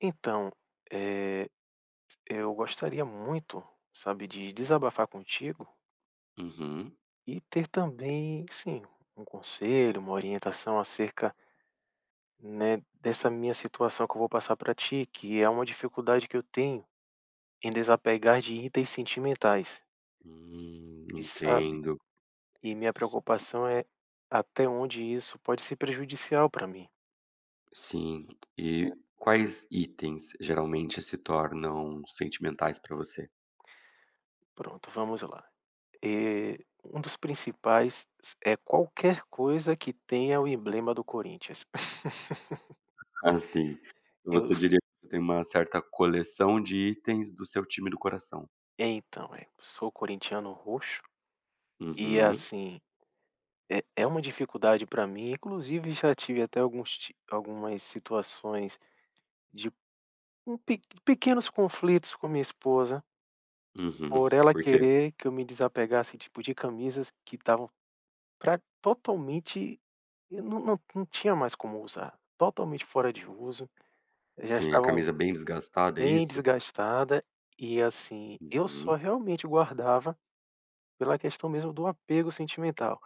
Então, eh, eu gostaria muito, sabe, de desabafar contigo Uhum. e ter também, sim, um conselho, uma orientação acerca, né, dessa Hum. minha situação que eu vou passar para ti, que é uma dificuldade que eu tenho em desapegar de itens sentimentais. E sabe, Entendo. e minha preocupação é até onde isso pode ser prejudicial para mim. Sim. E quais itens geralmente se tornam sentimentais para você? Pronto, vamos lá. Um dos principais é qualquer coisa que tenha o emblema do Corinthians. Assim, Eu você s diria que você tem uma certa coleção de itens do seu time do coração? é então, sou corintiano roxo e Uhum, assim, é uma dificuldade para mim, inclusive já tive até alguns ti algumas situações de um pe pequenos conflitos com minha esposa, uhum. por ela Por quê? querer que eu me desapegasse, tipo, de camisas que estavam pra totalmente eu não tinha mais como usar, totalmente fora de uso, já Sim, a estavam camisa bem desgastada, é bem isso? desgastada e assim, eu só Uhum. realmente guardava pela questão mesmo do apego sentimental.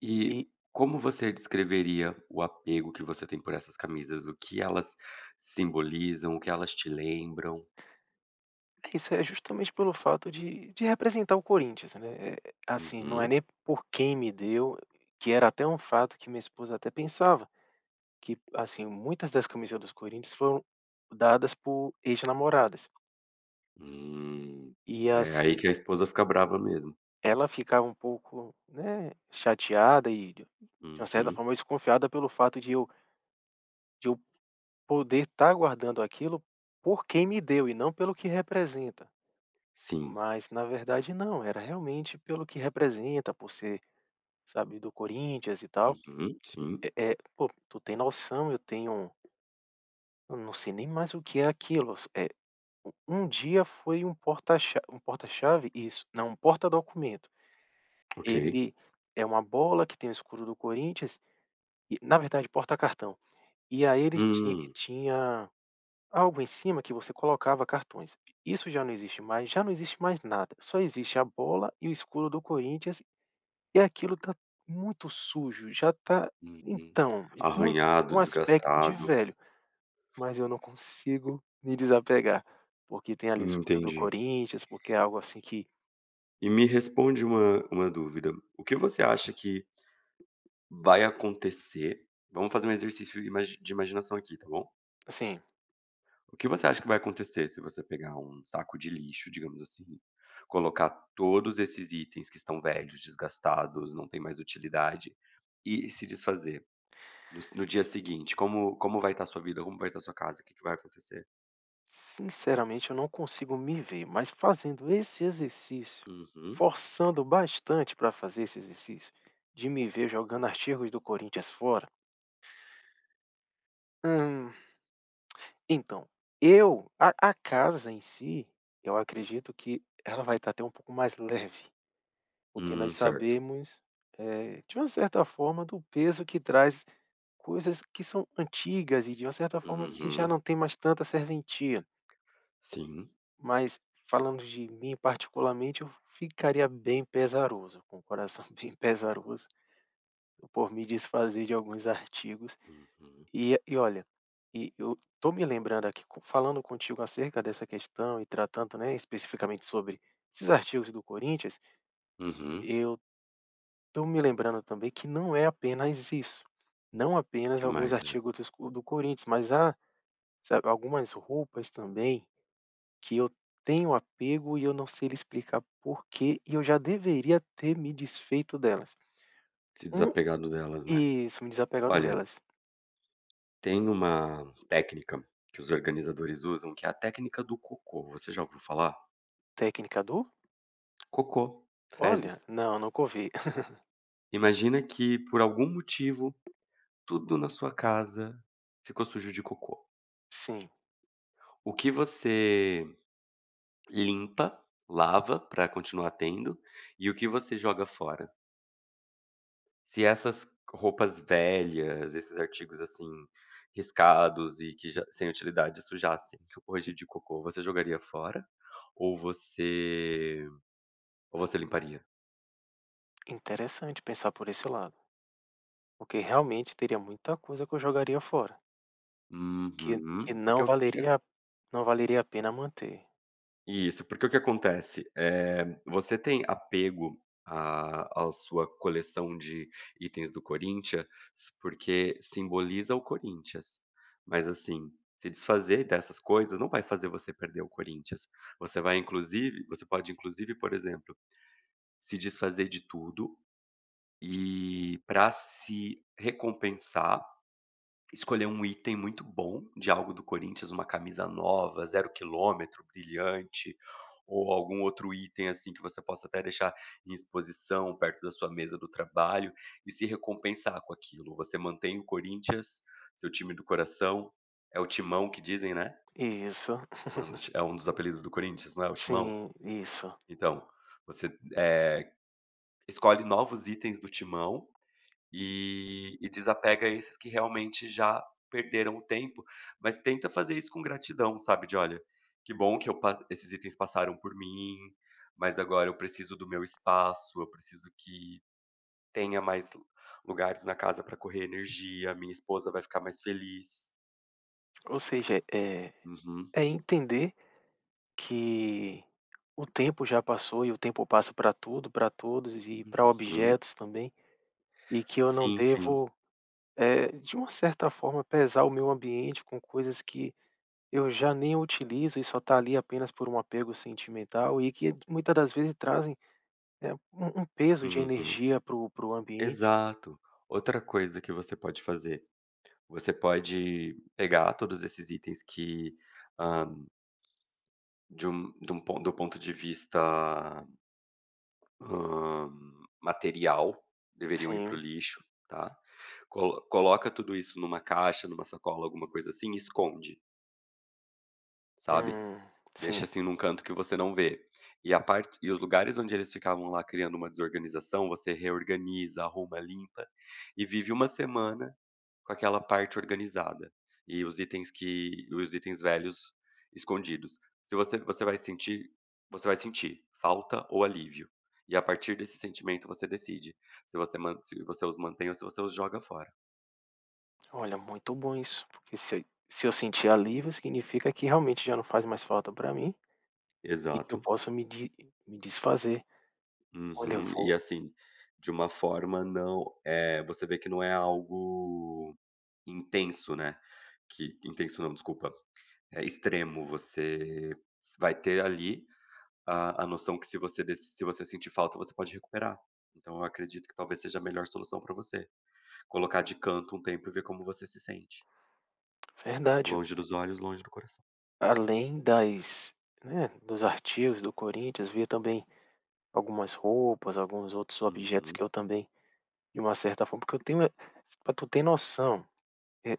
E E como você descreveria o apego que você tem por essas camisas? O que elas simbolizam? O que elas te lembram? é isso, é justamente pelo fato de representar o Corinthians, né, assim, não é Uhum. nem por quem me deu, que era até um fato que minha esposa até pensava, que, assim, muitas das camisas dos Corinthians foram dadas por ex-namoradas. Hum, E, é aí assim, que a esposa fica brava mesmo. ela ficava um pouco, né, chateada e de uma certa Uhum, forma desconfiada pelo fato de eu poder estar guardando aquilo por quem me deu e não pelo que representa. sim. Mas na verdade não, era realmente pelo que representa, por ser sabe, do Corinthians e tal, Uhum, sim, é pô, tu tem noção, eu tenho eu não sei nem mais o que é aquilo, é u um dia foi um porta-cha um porta-chave? Isso, não, um porta-documento. ok. Ele é uma bola que tem o escudo do Corinthians e na verdade, porta-cartão. E aí eles ti Hum, tinha algo em cima que você colocava cartões. Isso já não existe mais, já não existe mais nada, só existe a bola e o escudo do Corinthians. E aquilo tá muito sujo, já tá uhum. então, muito Arranhado, um aspecto de desgastado. velho, mas eu não consigo me desapegar, porque tem ali a escuta do Entendi. Corinthians, porque é algo assim que, E me responde uma dúvida, o que você acha que vai acontecer, vamos fazer um exercício imagi de imaginação aqui, tá bom? assim, O que você acha que vai acontecer se você pegar um saco de lixo, digamos assim, colocar todos esses itens que estão velhos, desgastados, não tem mais utilidade, e se desfazer? No dia seguinte, como vai estar sua vida, como vai estar sua casa, o que que vai acontecer? sinceramente eu não consigo me ver, mas fazendo esse exercício, Uhum. forçando bastante pra fazer esse exercício, de me ver jogando artigos do Corinthians fora, hum, então, eu a casa em si, eu acredito que ela vai estar até um pouco mais leve. Porque nós Certo. sabemos, de uma certa forma, do peso que traz coisas que são antigas e, de uma certa forma, que já Uhum. não tem mais tanta serventia. Sim. Mas, falando de mim particularmente, eu ficaria bem pesaroso, com o coração bem pesaroso, por me desfazer de alguns artigos. Uhum. E olha, e eu tô me lembrando aqui, co falando contigo acerca dessa questão e tratando, né, especificamente sobre esses artigos do Corinthians, Uhum. eu tô me lembrando também que não é apenas isso, não apenas Que alguns mais, é? artigos dos co do Corinthians, mas há, sabe, algumas roupas também que eu tenho apego e eu não sei lhe explicar porquê, e eu já deveria ter me desfeito delas. Se Um desapegado delas, né. isso, me desapegado Olha, delas. tem uma técnica que os organizadores usam, que é a técnica do cocô. Você já ouviu falar? Técnica do? Cocô, Olha, fezes. não, nunca ouvi. Imagina que, por algum motivo, tudo na sua casa ficou sujo de cocô. Sim, O que você... Limpa, lava para continuar tendo, e o que você joga fora? Se essas roupas velhas, esses artigos, assim, riscados e que já sem utilidade sujassem hoje de cocô, você jogaria fora? Ou você ou você limparia? interessante pensar por esse lado, porque realmente teria muita coisa que eu jogaria fora, que que Uhum. não Porque o... valeria não valeria a pena manter. Isso, porque o que acontece, é você tem apego à à sua coleção de itens do Corinthians, porque simboliza o Corinthians. Mas assim, se desfazer dessas coisas não vai fazer você perder o Corinthians. Você pode inclusive, por exemplo, se desfazer de tudo e, para se recompensar, escolher um item muito bom de algo do Corinthians, uma camisa nova, zero quilômetro, brilhante, ou algum outro item, assim, que você possa até deixar em exposição perto da sua mesa do trabalho e se recompensar com aquilo. Você mantém o Corinthians, seu time do coração, é o Timão que dizem, né, Isso. quando é um dos apelidos do Corinthians, não é o Timão? Sim, isso. Então, você, escolhe novos itens do Timão e desapega esses que realmente já perderam o tempo, mas tenta fazer isso com gratidão, sabe, de: "Olha, que bom que eu pa esses itens passaram por mim, mas agora eu preciso do meu espaço, eu preciso que tenha mais lu lugares na casa para correr energia, minha esposa vai ficar mais feliz". Ou seja, é Uhum, é entender que o tempo já passou e o tempo passa para tudo, para todos e para uhum. objetos também, e que eu não Sim, sim. devo, de uma certa forma, pesar o meu ambiente com coisas que eu já nem utilizo e só está ali apenas por um apego sentimental e que muitas das vezes trazem, um peso de Uhum. energia para o para o ambiente. Exato. Outra coisa que você pode fazer, você pode pegar todos esses itens que, ah, de um pon do ponto de vista, hã, material, deveriam ir para o Sim, lixo, tá. Coloca tudo isso numa caixa, numa sacola, alguma coisa assim, e esconde, sabe. hum, Deixa, sim. assim, num canto que você não vê. E a parte... e os lugares onde eles ficavam lá criando uma desorganização, você reorganiza, arruma, limpa, e vive uma semana com aquela parte organizada, e os itens velhos escondidos. Se você você vai sentir... você vai sentir falta ou alívio, e a partir desse sentimento você decide se você os mantém ou se você os joga fora. Olha, muito bom isso, porque se eu sentir alívio, significa que realmente já não faz mais falta para mim e que eu Exato. posso me desfazer. Olha, eu Uhum. E vou assim, de uma forma não... você vê que não é algo intenso, né, que intenso não, desculpa, é extremo, você vai ter ali A a noção que se você sentir falta, você pode recuperar. Então eu acredito que talvez seja a melhor solução para você, colocar de canto um tempo e ver como você se sente. verdade. Longe dos olhos, longe do coração. Além das né, dos artigos do Corinthians, via também algumas roupas, alguns outros objetos que Uhum. eu também, de uma certa forma porque eu tenho pra tu ter noção, é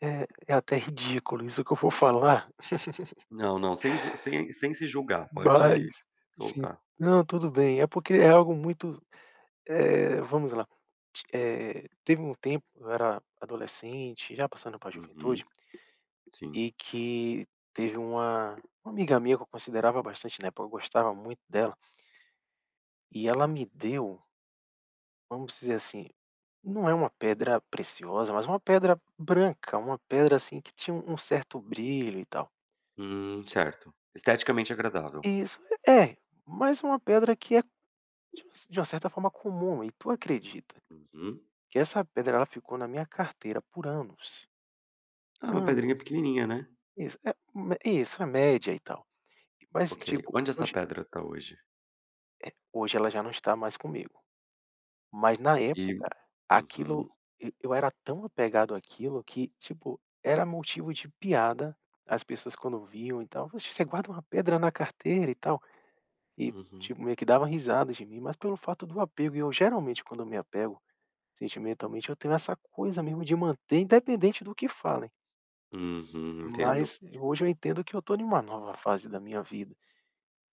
é até ridículo isso que eu vou falar, Não, não, sem sem se julgar, mas, pode assim soltar. não, tudo bem, é porque é algo muito vamos lá. Teve um tempo, eu era adolescente, já passando para a juventude, Uhum, sim. e que teve uma amiga minha que eu considerava bastante na época, eu gostava muito dela, e ela me deu, vamos dizer assim, não é uma pedra preciosa, mas uma pedra branca, uma pedra, assim, que tinha um certo brilho e tal. Certo. Esteticamente agradável. Isso, é, mas é uma pedra que é de uma certa forma comum, e tu acredita Uhum. que essa pedra ela ficou na minha carteira por anos, Ah, uma pedrinha anos. pequenininha, né. Isso, é me isso, é média e tal. Mas, Ok. tipo, Onde essa pedra tá hoje? hoje ela já não está mais comigo, mas na E época, uhum, aquilo e eu era tão apegado àquilo que, tipo, era motivo de piada, as pessoas quando viam e tal: "Oxe, você guarda uma pedra na carteira e tal", e, uhum, tipo, meio que dava risada de mim, mas pelo fato do apego, e eu geralmente quando eu me apego sentimentalmente, eu tenho essa coisa mesmo de manter independente do que falem. uhum, entendo. Mas hoje eu entendo que eu estou em uma nova fase da minha vida.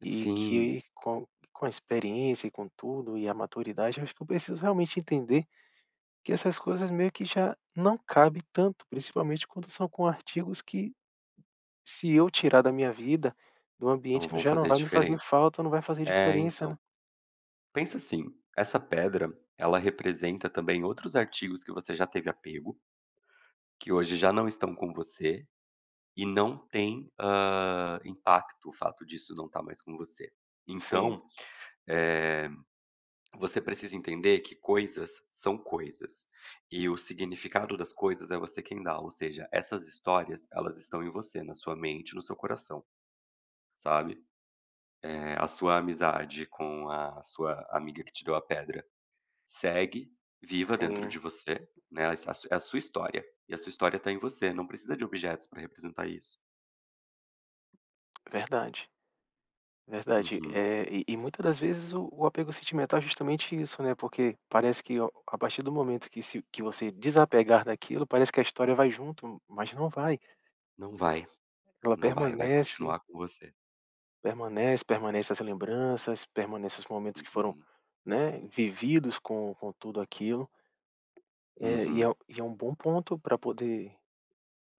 E Sim, que com a experiência e com tudo, e a maturidade, eu acho que eu preciso realmente entender que essas coisas meio que já não cabe tanto, principalmente quando são com artigos que se eu tirar da minha vida, do então ambiente, vão já não fazer vai me fazer diferença. falta, não vai fazer É, diferença, né. então. Pensa assim, essa pedra, ela representa também outros artigos que você já teve apego, que hoje já não estão com você e não tem, hã, impacto o fato disso não estar mais com você. Sim, Então, eh, você precisa entender que coisas são coisas, e o significado das coisas é você quem dá, ou seja, essas histórias, elas estão em você, na sua mente, no seu coração, sabe. A sua amizade com a sua amiga que te deu a pedra, segue viva dentro sim, de você, né, a su é a sua história, e a sua história tá em você, não precisa de objetos para representar isso. verdade, verdade. Uhum. E muita das vezes o apego sentimental é justamente isso, né, porque parece que o a partir do momento que se que você desapegar daquilo, parece que a história vai junto, mas não vai. Não vai, Ela não vai, vai permanece continuar com você. permanece, permanece as lembranças, permanece os momentos que foram, Uhum. né, vividos com tudo aquilo, e é Uhum. e é um bom ponto para poder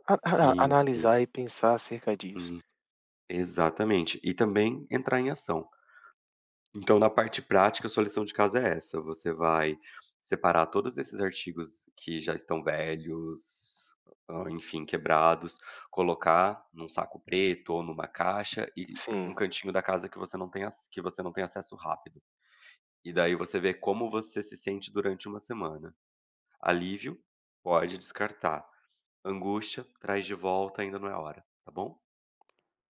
Sim, sim. analisar e pensar acerca disso. Hum. Exatamente. E também entrar em ação. Então, na parte prática, sua lição de casa é essa: você vai separar todos esses artigos que já estão velhos, hã, enfim, quebrados, colocar num saco preto ou numa caixa e um Sim, cantinho da casa que você não tem ac que você não tem acesso rápido. E daí você vê como você se sente durante uma semana. Alívio, pode descartar. Angústia, traz de volta, ainda não é a hora, tá bom?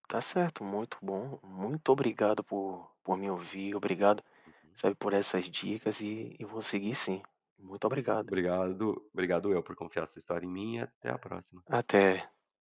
tá certo, muito bom, muito obrigado por me ouvir, obrigado, Uhum. sabe, por essas dicas e vou seguir sim. Muito obrigado. Obrigado, obrigado eu por confiar sua história em mim e até a próxima. Até.